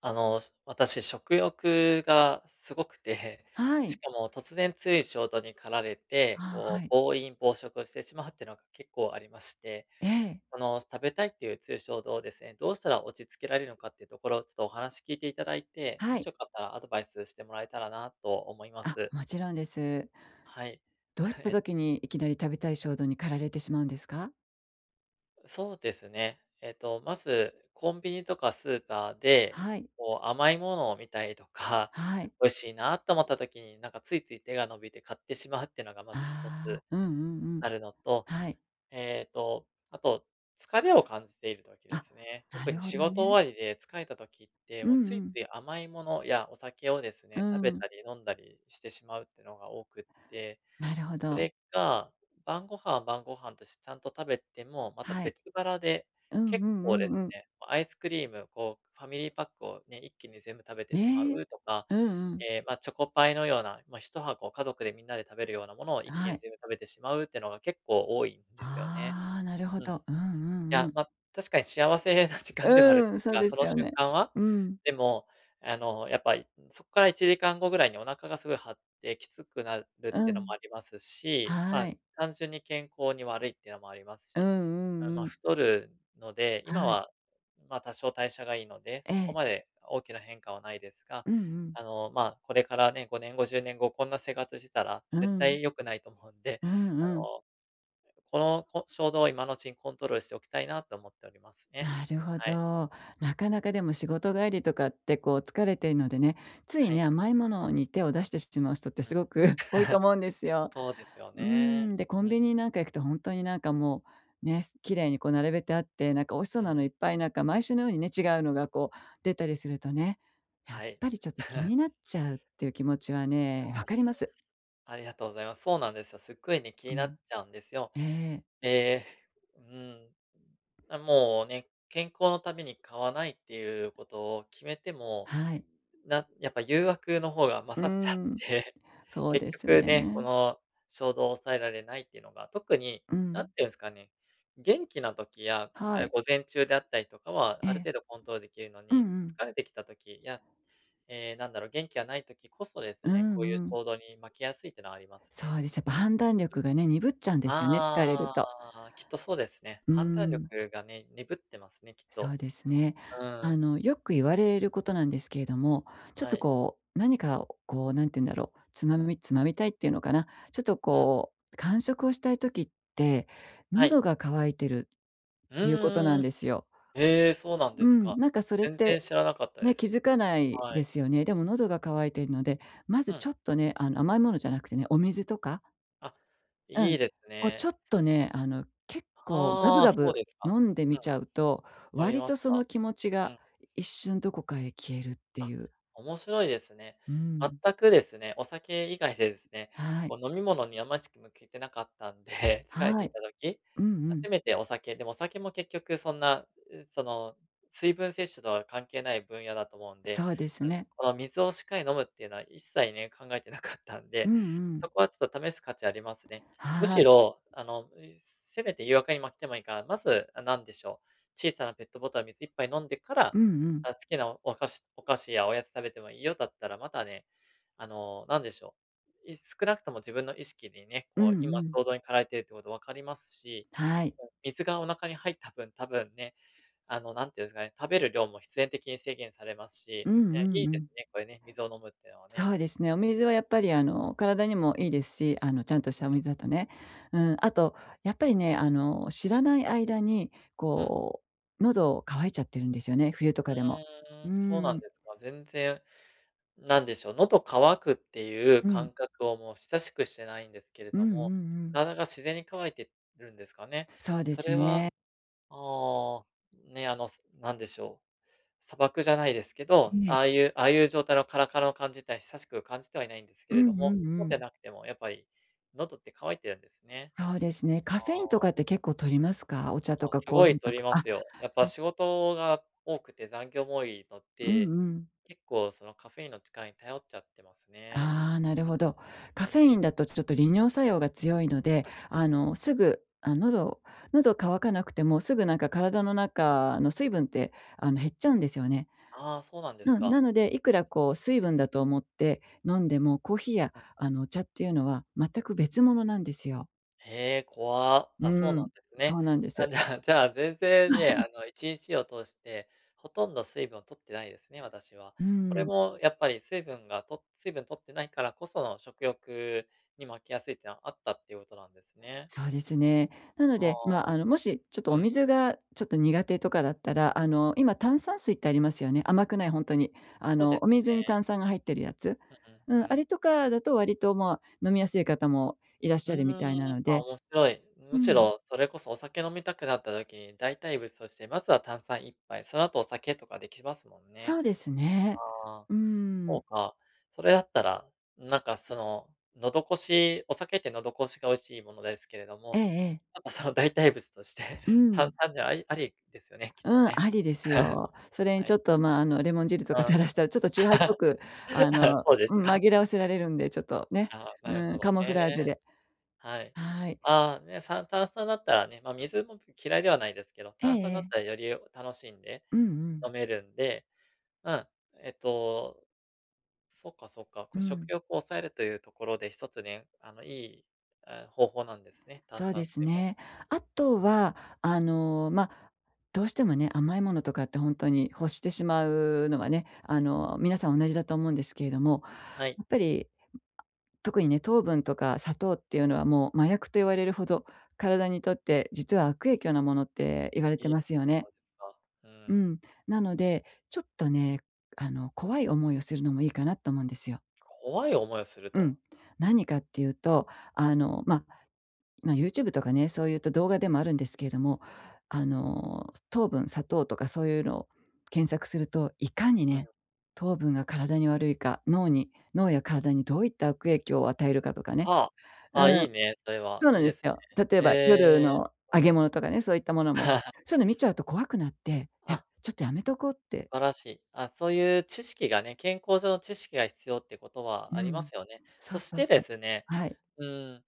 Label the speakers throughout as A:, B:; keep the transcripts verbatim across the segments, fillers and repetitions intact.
A: あの、私、食欲がすごくて、
B: は
A: し
B: い。
A: かも突然強い衝動に駆られ
B: あ
A: て、
B: は
A: こ
B: い。
A: う、暴飲暴食をしてしまうっていうのが結構ありまして、
B: ええ。
A: この食べたいっていう強い衝動をですね、どうしたら落ち着けられるのかっていうところをちょっとお話聞いていただいて、
B: は
A: もし
B: い。
A: よかったらアドバイスしてもらえたらなと思いま
B: あ、
A: す。
B: もちろんです。
A: はい。
B: どういった 時にいきなり食べたい衝動に駆られてしまうんですか？
A: そうですね。えっと、まず、コンビニとかスーパーで、
B: はい。
A: こう、甘いものを見たりとか、
B: はい。
A: 美味しいなと思った時に、なんかついつい手が伸びて買ってしまうっていうのがま
B: あ
A: ず一
B: あ、
A: つ
B: うんうんうん。
A: あるのと、
B: はい。
A: えっと、あと、疲れを感じている時
B: あ、
A: ですね。
B: な
A: 特
B: る
A: に
B: ほ
A: 仕
B: ど
A: 事
B: ね。
A: 終わりで疲れた時って、
B: う
A: もう
B: んう
A: つい
B: ん。
A: つい甘いものやお酒をです
B: う
A: ね、食べ
B: ん。
A: たり飲んだりしてしまうっていうのが多くって、
B: なるほ
A: そ
B: ど。
A: れが、晩ご飯は晩ご飯としてちゃんと食べても、また
B: はい。
A: 別腹で、
B: うんう
A: 結
B: ん
A: 構
B: う
A: で
B: ん
A: す
B: うん。
A: ね、アイスクリーム、こう、ファミリーパックをね、一気に全部食べて
B: え
A: しま
B: え。
A: うとか、
B: うんうん。
A: ええ、まあ、チョコパイのような、まあ、一箱家族でみんなで食べるようなものを一気
B: は
A: に
B: い。
A: 全部食べてしまうっていうのが結構多いんですよね。
B: ああ、なるほ
A: うん。
B: ど。うんう
A: い
B: んう
A: や、
B: ん。
A: ま、確かに幸せな時間ではあるんで
B: うん、
A: す
B: そう
A: が、
B: です
A: その
B: よ
A: 瞬
B: ね。
A: 間は、
B: うん。
A: でも、あの、やっぱ、いそっからいちじかんごぐらいにお腹がすごい張ってきつくなるっ
B: う
A: てのも
B: ん。
A: ありますし、ま
B: は
A: あ、
B: い。
A: 単純に健康に悪いっていうのもあります
B: うんう
A: し、あ、
B: んう
A: ま、
B: ん。
A: 太るので、今
B: はい。
A: は、ま、多少代謝がいいので、
B: え
A: そこ
B: え。
A: まで大きな変化はないですが、
B: うんうん。
A: あの、まあ、これからね、ごねんご、じゅうねんごこんな生活してたら
B: う
A: 絶
B: ん。
A: 対良くないと思うんで、
B: うん
A: あ
B: うん。
A: のこの、こ衝動を今のうちにコントロールしておきたいなと思っておりますね。
B: なるほ
A: はい。
B: ど。なかなかでも仕事帰りとかってこう疲れてるのでね、つい
A: は
B: ね、
A: い。
B: 甘いものに手を出してしまう人って
A: う
B: す
A: ん。
B: ごく 多いと 思うんですよ。
A: そうですよ
B: う
A: ね。
B: ん、で、コン
A: うん
B: ビニなんか行くと本当になんかもう、ね、綺麗にこう並べてあって、なんか美味しそう
A: う
B: なのいっ
A: ん
B: ぱいなんか毎週のようにね、違うのがこう出たりするとね、やっ
A: はい。
B: ぱりちょっと気にな っちゃうっていう気持ちはね、わ
A: あ、
B: か
A: す
B: ります。
A: ありがとうございます。そうなんですよ。すっごいね、気
B: う
A: にな
B: ん。
A: っちゃうんですよ。
B: ええ、
A: えーうん。あ、もうね、健康のために買わないっていうことを決めても
B: はい。
A: なやっぱ誘惑の方が
B: う
A: 勝っちゃっ
B: ん、
A: て、
B: そう
A: 結
B: です
A: 局ね、こ
B: ね。
A: の衝動を抑えられないっていうのが、特に
B: う
A: なん
B: ん。
A: ていうんですかね、元気な時や、
B: は
A: え、
B: い。
A: 午前中であったりとかは、
B: え
A: ある
B: え。
A: 程度コントロールできるの
B: うんう
A: に、
B: ん。
A: 疲れてきた時や、えーなんだろう、元気がない時こそです
B: う
A: ね、
B: ん
A: こういう
B: うん。
A: 衝動に負けやすいっていうのはあります
B: そ
A: ね。
B: うです。やっぱ判断力がね、鈍っちゃうんですよね、疲れる
A: あ
B: と。
A: あ、きっとそうですね。
B: うー
A: 判断
B: ん、
A: 力がね、鈍ってますね、きっ
B: そ
A: と。
B: うですね。
A: う
B: あ
A: ん。
B: の、よく言われることなんですけれども、ちょっ
A: は
B: と
A: い。
B: こう、何かをこう、なんて言うんだろう、つまみつまみたいっていうのかな、ちょっと
A: うん。
B: こう、間食をしたい時って、
A: は
B: 喉
A: い。
B: が渇いてるっ
A: う
B: ていうことな
A: ー
B: ん
A: うん
B: ですよ。
A: ええ、そうなん
B: う
A: です
B: ん、
A: か。
B: なんかそれっ
A: 全然
B: て、
A: 知らなかったで
B: ね、気
A: す。
B: づかない
A: は
B: で
A: い。
B: すよね。でも喉が渇いているので、ま
A: う
B: ず
A: ん。
B: ちょっとね、あの、甘いものじゃなくてね、お水とか
A: あ、
B: う
A: い
B: ん。
A: いです
B: こうちょ
A: ね。
B: っとね、あの、結構ガブ
A: ああ、
B: ガ
A: そう
B: ブ
A: ですか。
B: 飲んで
A: う
B: み
A: ん、わ
B: ちゃうと、
A: かり
B: 割
A: ま
B: と
A: し
B: その
A: た。
B: 気持ち
A: う
B: が
A: ん。
B: 一瞬どこかへ消えるって
A: あ、
B: いう。
A: 面白いですね。
B: うん。
A: 全くですね、お酒以外でですね、
B: はい。
A: こう飲み物にあましく向けてなかったんで、疲れ
B: は
A: てい
B: い。
A: た時、
B: うんうん。
A: 初めてお酒、でもお酒も結局そんな、うその、水分摂取とは関係ない分野だと思うんで、
B: そうです
A: うん、
B: ね。
A: この水をしっかり飲むっていうのは一切ね、考えてなかったん
B: うん
A: で、
B: う
A: そ
B: ん。
A: こはちょっと試す価値ありますね。む
B: は
A: し
B: い。
A: ろ、あの、せめて誘惑に負けてもいいから、まず、あ、なんでしょう、小さなペットボトル水一杯飲んでか
B: う
A: ら、
B: んうん。
A: あ、好きなおお菓子お菓子やおやつ食べてもいいよだったら、またね、あの、なんでしょう、い少なくとも自分の意識にね、
B: う
A: こ
B: ん
A: う、
B: う
A: 今
B: ん。
A: 衝動に駆られているってこと分かりますし、
B: はい。
A: うん、水がお腹に入った分、多分ね、あの、なんていうんですかね、食べる量も必然的に制限されます
B: う
A: し、
B: んう
A: ね、い
B: ん
A: い
B: う
A: です
B: ん。
A: ね、これね、水を飲むっていうのは
B: そ
A: ね。
B: うですね。お水はやっぱりあの、体にもいいですし、あの、ちゃんとし
A: うん
B: たお
A: う
B: 水だ
A: ん。
B: とね。うん、あと、やっぱりね、あの、知らない間に、
A: うん。
B: こう、喉渇いちゃってるんですよね、冬と
A: う
B: かでも。
A: ー
B: う
A: ん、そうなん
B: ん、
A: ですか。全然なんでしょう、喉乾くっていう
B: うん、
A: 感覚をもう久しくしてないんですけれ
B: うんう
A: ど
B: んう
A: も、
B: ん。
A: 体が自然に乾いてるんですかね。
B: そうで
A: そ
B: す
A: れは、
B: ね。
A: あーね、あの、すなんでしょう、砂漠じゃないですけど、
B: え
A: あ
B: え。
A: あいうああいう状態のカラカラの感じって久しく感じてはいないんですけ
B: う
A: れ
B: ん
A: ど
B: う
A: も、
B: んう
A: そうで
B: ん。
A: なくてもやっぱり喉って乾いてるんですね。
B: そうですね。
A: あ
B: カフェインとかって結構取りますか？お茶と
A: ーあ、
B: か
A: す
B: コー
A: ご
B: ヒ
A: い
B: ーと
A: 取り
B: か。
A: ま
B: あ、
A: すよ。やっぱ
B: そ
A: 仕事が多くて残業も多いの
B: うん
A: で、
B: うん。
A: 結構そのカフェインの力に頼っちゃってますね。
B: ああ、なるほど。
A: う
B: カフェ
A: ん。
B: インだとちょっと利尿作用が強いので、
A: うん。
B: あの、すぐ、あ、喉喉乾かなくても、すぐなんか体の中の水分って、あの、減っちゃうんですよね。
A: ああ、そうなんです
B: うん、な
A: か。
B: ので、いくらこう水分だと思って飲んでも、コーヒーや、
A: うん。
B: あの、お茶っていうのは全く別物なんですよ。
A: へえ、怖。
B: う
A: あ、そうな
B: ん、
A: んです
B: そ
A: ね。
B: うなんです。
A: あ、じゃあじゃあ、全然ね、あの、いちにちを通して、ほとんど水分を摂ってないですね、私は。
B: う
A: これ
B: ん。
A: もやっぱり水分がと水分摂ってないからこその食欲に負けやすいってのはあったっていうことなんですね。
B: そうですね。なの
A: あ
B: で、まあ、
A: あ、
B: あの、もしちょっと
A: う
B: お
A: ん、
B: 水がちょっと苦手とかだったら、あの、今炭酸水ってありますよね。甘くない本当に。あ
A: そうで
B: の、
A: す
B: お水に炭
A: ね。
B: 酸が入ってるやつ。う
A: うん、う
B: ん、あ
A: ん。
B: れとかだと割と、まあ、飲みやすい方もいらっし
A: うー
B: ゃるみたいな
A: ん、
B: の
A: あ、
B: で。
A: 面白い。
B: う
A: むし
B: ん。
A: ろそれこそお酒飲みたくなった時に、代替物としてまずは炭酸一杯、その後お酒とかできますもん
B: そ
A: ね。
B: うですね。
A: ああ、
B: う
A: そう
B: ん。
A: か。それだったら、なんかその、喉越し、お酒って喉越しが美味しいものですけれど
B: え
A: も、
B: えええ。
A: ちょっとその代替物として
B: う
A: 炭
B: ん。
A: 酸でゃありありですよね、きっ
B: う
A: と
B: ん、
A: ね。
B: ありですよ。それに
A: は
B: ちょ
A: い。
B: っと、まあ、あの、レモン汁と
A: う
B: か
A: ん。
B: 垂らしたらちょっとチューハイっぽく、あ の、
A: そうです
B: うん、
A: か。
B: 紛らわせられるんで、ちょっとね。
A: ああ、なる
B: うん、
A: ほど
B: カモフラージュ
A: ね。
B: で。
A: はい。
B: はい。
A: ああ、ね、さ炭酸だったらね、ま、水も嫌いではないですけど、
B: ええ
A: 炭酸
B: え
A: だったら
B: え。
A: より楽しんで
B: うんうん。
A: 飲めるんで、うん、えっとそっかそっか。
B: う
A: こう食
B: ん。
A: 欲を抑えるというところで、一つね、あの、いい、えー方法なんですね、炭
B: そうで
A: 酸
B: す
A: 水も。
B: ね。あと
A: うん、
B: は、あの、まあ、どうしてもね、甘いものとかって本当に欲してしまうのはね、あの、皆さん同じだと思うんですけれども、
A: はい。
B: やっぱり特にね、糖分とか砂糖っていうのはもう麻薬と言われるほど、体にとって実は悪影響なものって言われて
A: いい
B: ますよ
A: そ
B: ね。
A: うですか。う
B: う
A: ん。
B: ん。なので、ちょっとね、あの、怖い思いをするのもいいかなと思うんですよ。
A: 怖い思いをする
B: うん。
A: と。
B: 何かっていうと、あの、ま、あまあ、YouTube とかね、そういった動画でもあるんですけれども、あの、糖分、砂糖とかそういうのを検索すると、いかに
A: うん。
B: ね、糖分が体に悪いか、脳に脳や体にどういった悪影響を与えるかとかね。
A: はあ。
B: う
A: あ、い
B: ん、
A: いね、それは。
B: そうな
A: い
B: ん
A: い
B: で
A: で
B: す
A: す
B: よ。例え
A: ね。
B: ば夜
A: へえ。
B: の揚げ
A: うん。
B: 物とかね、そういったものも、そういうの見ちゃうと怖くなって、い
A: あ、
B: や、ちょっとやめとこうっ
A: 素
B: て、
A: 晴らしい。あ、そういう知識がね、健康上の知識が必要ってことは
B: う
A: ありま
B: ん。
A: すよね。
B: そ
A: そ
B: う
A: し
B: そう
A: て
B: そ
A: で
B: う。
A: すね、
B: はい。
A: うん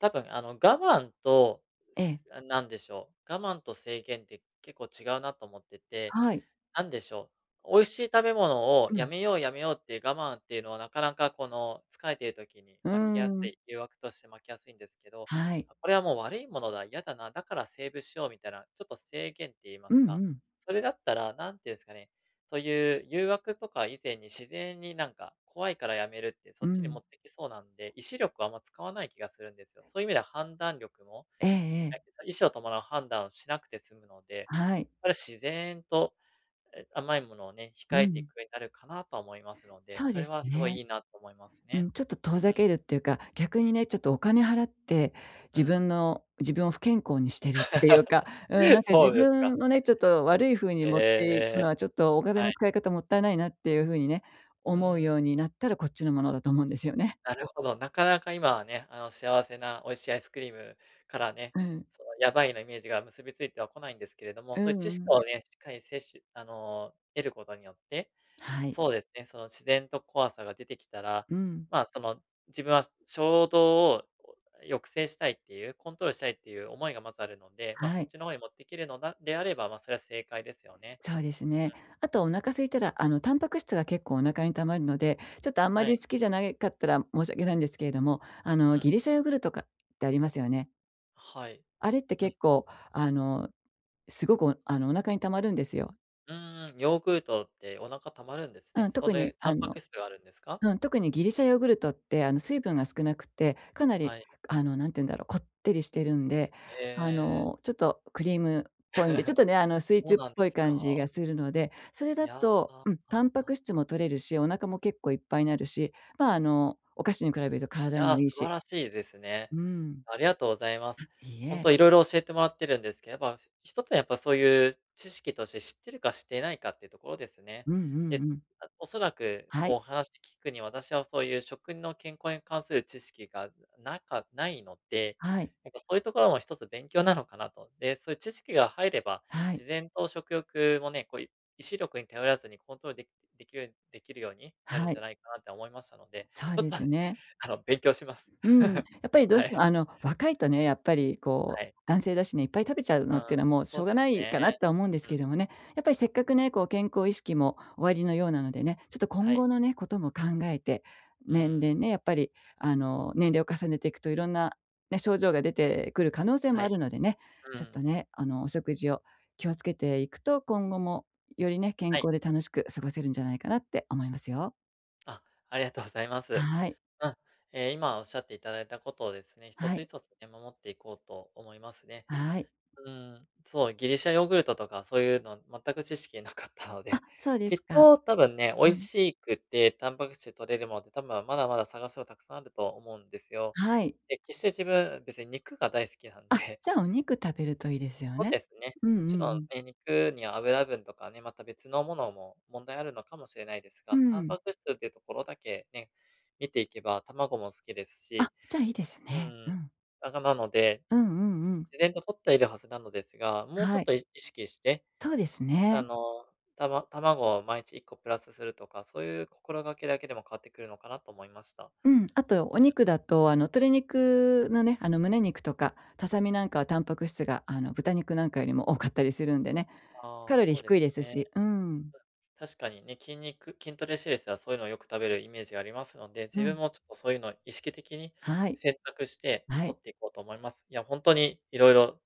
A: 多分、あの、我慢と、
B: ええ、
A: すあ、なんでしょう、我慢と制限って結構違うなと思ってて、
B: はい。
A: なんでしょう、美味しい食べ物を
B: う
A: や
B: ん。
A: めようやめようっていう我慢っていうのはなかなかこの疲れている時に
B: うー
A: 巻きやす
B: ん。
A: い、誘惑として巻きやすいんですけど、
B: はい。
A: あ、これはもう悪いものだ、嫌だな、だからセーブしようみたいな、ちょっと制限って言いま
B: うん
A: すか、
B: うん。
A: それだったら、なんていうんですかね、そういう誘惑とか以前に自然になんか、怖いからやめるって
B: う
A: そっちに持
B: ん。
A: ってきそうなんで、意志力はあんま使わない気がするんですよ。そういう意
B: す
A: 味では判断力も、
B: ええええ。
A: 意思を伴う判断をしなくて済むので、
B: はい。
A: これ自然とえ、甘いものをね、
B: う
A: 控えてい
B: ん、
A: くようになるかなとは思いますので、
B: そう
A: そ
B: で
A: れ
B: す
A: はすごい
B: ね。
A: いいなと思います
B: う
A: ね。
B: ん、ちょっと遠
A: う
B: ざけ
A: ん。
B: るっていうか、逆にね、ちょっとお金払って、
A: う
B: 自
A: ん。
B: 分の自分を不健康にしてるっていうか、うん、なん か自
A: そうです
B: 分
A: か。
B: をね、ちょっと悪い風に持っていく
A: ええ
B: のは、ちょっとお金
A: は
B: の
A: い。
B: 使い方もったいないなっていう風にね、
A: う
B: 思う
A: ーん、
B: ようになったらこっちのものだと思うんですよね。
A: なるほど。なかなか今はね、あの、幸せな美味しいアイスクリームからね、
B: うん、
A: そのやばいなイメージが結びついてはこないんですけれども、
B: う
A: そういう
B: ん
A: 知
B: う
A: 識
B: ん。
A: をね、しっかり摂取あの、得ることによって
B: はい。
A: そうですね、その自然と怖さが出てきたら、
B: うん、
A: まあ、その、自分は衝動を抑制したいっていう、コントロールしたいっていう思いがまずあるので、ま、
B: は
A: そっ
B: い。
A: ちの方に持っていけるのだであれば、ま、あそれは正解ですよね。
B: そうです
A: うん。
B: ね。あとお腹空いたら、あの、タンパク質が結構お腹に溜まるので、ちょっとあんま
A: は
B: り
A: い。
B: 好きじゃなかったら申し訳ないんですけれども、あの、
A: う
B: ギ
A: ん。
B: リシャヨーグルトとかってありますよね。
A: はい。
B: あれって
A: うん。
B: 結構、あの、すごくおあの、お腹に溜まるんですよ。
A: うーん、ヨーグルトってお腹溜まるんです
B: う
A: ね。
B: ん、
A: そ
B: 特に
A: れ、タ
B: あ
A: ンパ
B: の
A: ク質があるんですか？
B: うん、特にギリシャヨーグルトって、あの、水分が少なくて、かなり、
A: はい。
B: あの、んて言うんだろう、こってりしてるんで、
A: へ
B: あ
A: え。
B: の、ちょっとクリームっぽいんで、ちょっ とね、あの、スイー
A: そう
B: ツっ
A: なんで
B: ぽい
A: すか。
B: 感じがするので、それ
A: い
B: だ
A: や
B: と、うん、タンパク
A: ー。
B: 質も取れるし、お腹も結構いっぱいになるし、まあ、あの、お菓子に比べると体
A: い
B: にも
A: や、素
B: いい
A: 晴
B: し。
A: らしいですね。
B: うん。
A: ありがとうございます。
B: いい
A: ほん
B: え。
A: といろいろ教えてもらってるんですけど、やっぱ一つはやっぱそういう知識として知ってるか知っていないかっていうところですね。
B: うんうん
A: で、
B: うん。
A: あ、おそらく
B: はい。
A: お話聞くに、私はそういう食の健康に関する知識がなかないので、
B: はい。
A: やっぱそういうところも一つ勉強なのかなと。で、そういう知識が入れば、
B: はい。
A: 自然と食欲もね、こうい意志力に頼らずにコントロールできできるできるようになる
B: は
A: んじゃ
B: い。
A: ないかなって思いましたので、
B: そう
A: ちょっ
B: で
A: と
B: す
A: ね
B: ね。
A: あの、勉強します。
B: うん、や っぱりどう
A: は
B: しても
A: い。
B: あの、若いとね、やっぱり
A: は
B: こう、
A: い。
B: 男性だしね、いっぱい食べちゃう
A: う
B: のってい
A: ん、
B: うのはもうし
A: そ
B: ょ
A: う
B: うが
A: で
B: な
A: す
B: いかな
A: ね。
B: とは思うんです
A: うん。
B: けれどもね、やっぱりせっかくね、こう健康意識もおありのようなのでね、ちょっと今
A: はい。
B: 後のね、ことも考えて、
A: う
B: 年
A: ん。
B: 齢ね、やっぱりあの、年齢を重ねていくといろんなね、症状が出てくる可能性も
A: は
B: あ
A: い。
B: るのでね、
A: う
B: ちょっと
A: ん。
B: ね、あの、お食事を気をつけていくと、今後もよりね、健
A: はい。
B: 康で楽しく過ごせるんじゃないかなって思いますよ。
A: あ、ありがとうございます。
B: はい。
A: うん。えー今おっしゃっていただいたことをですね、一
B: は
A: つ
B: い。
A: 一つね、守っていこうと思いますね。
B: はい。
A: うん、そう、ギリシャヨーグルトとかそういうの全く知識なかったの
B: あ、
A: で、
B: そうで
A: き
B: す
A: っ
B: か。
A: と多分ね、美
B: う
A: 味
B: ん。
A: しくてタンパク質取れるものって多分まだまだ探すのたくさんあると思うんですよ。
B: はい。
A: で、決して自分、別に肉が大好きなん
B: あ、
A: で
B: じゃあお肉食べるといいですよ
A: そう
B: ね。
A: ですね。
B: うんうん
A: もちろ
B: う
A: ん
B: ん。
A: ね、肉には油分とかね、また別のものも問題あるのかもしれないです
B: う
A: が、タン
B: ん。
A: パク質っていうところだけね、見ていけば、卵も好きです
B: あ、
A: し、
B: じゃあいいです
A: う
B: ね。
A: ー
B: う
A: ん、
B: ん。
A: あなので、
B: うんうんうん。
A: 自然と摂っているはずなのですが、もうちょ
B: は
A: っ
B: い。
A: とい意識して、
B: そうです
A: あ
B: ね。
A: の、たま卵を毎日いっこプラスするとか、そういう心がけだけでも変わってくるのかなと思いました。
B: うん。あと
A: う
B: お
A: ん、
B: 肉だと、あの、鶏肉のね、あの、胸肉とか、ささみなんかはタンパク質が、あの、豚肉なんかよりも多かったりするんでね、
A: あ
B: カ
A: あ、
B: ロリー
A: そうで
B: 低
A: す
B: いです
A: ね。
B: し。うん。
A: 確かにね、筋肉筋トレしてる人はそういうのをよく食べるイメージがありますので、
B: う
A: 自
B: ん。
A: 分もちょっとそういうのを意識的に
B: はい。
A: 選択して
B: は
A: 取
B: い。
A: っていこうと思います。いや、本当にいにいろ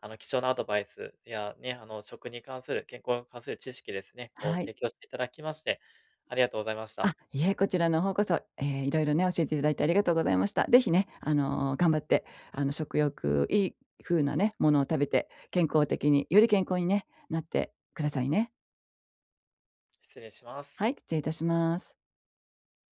A: あの、貴重なアドバイスやね、あの、食に関する、健康に関する知識ですね、こう
B: はい。
A: 提供していただきまして、ありがとうございまし
B: あ、
A: た。
B: いえ、こちらの方こそ、えーいろいろね、教えていただいてありがとうございました。ぜひね、あの、頑張って、あの、食欲いい風なね、ものを食べて、健康的により健康にね、なってくださいね。
A: 失礼しま
B: は
A: す。
B: い、失礼いたします。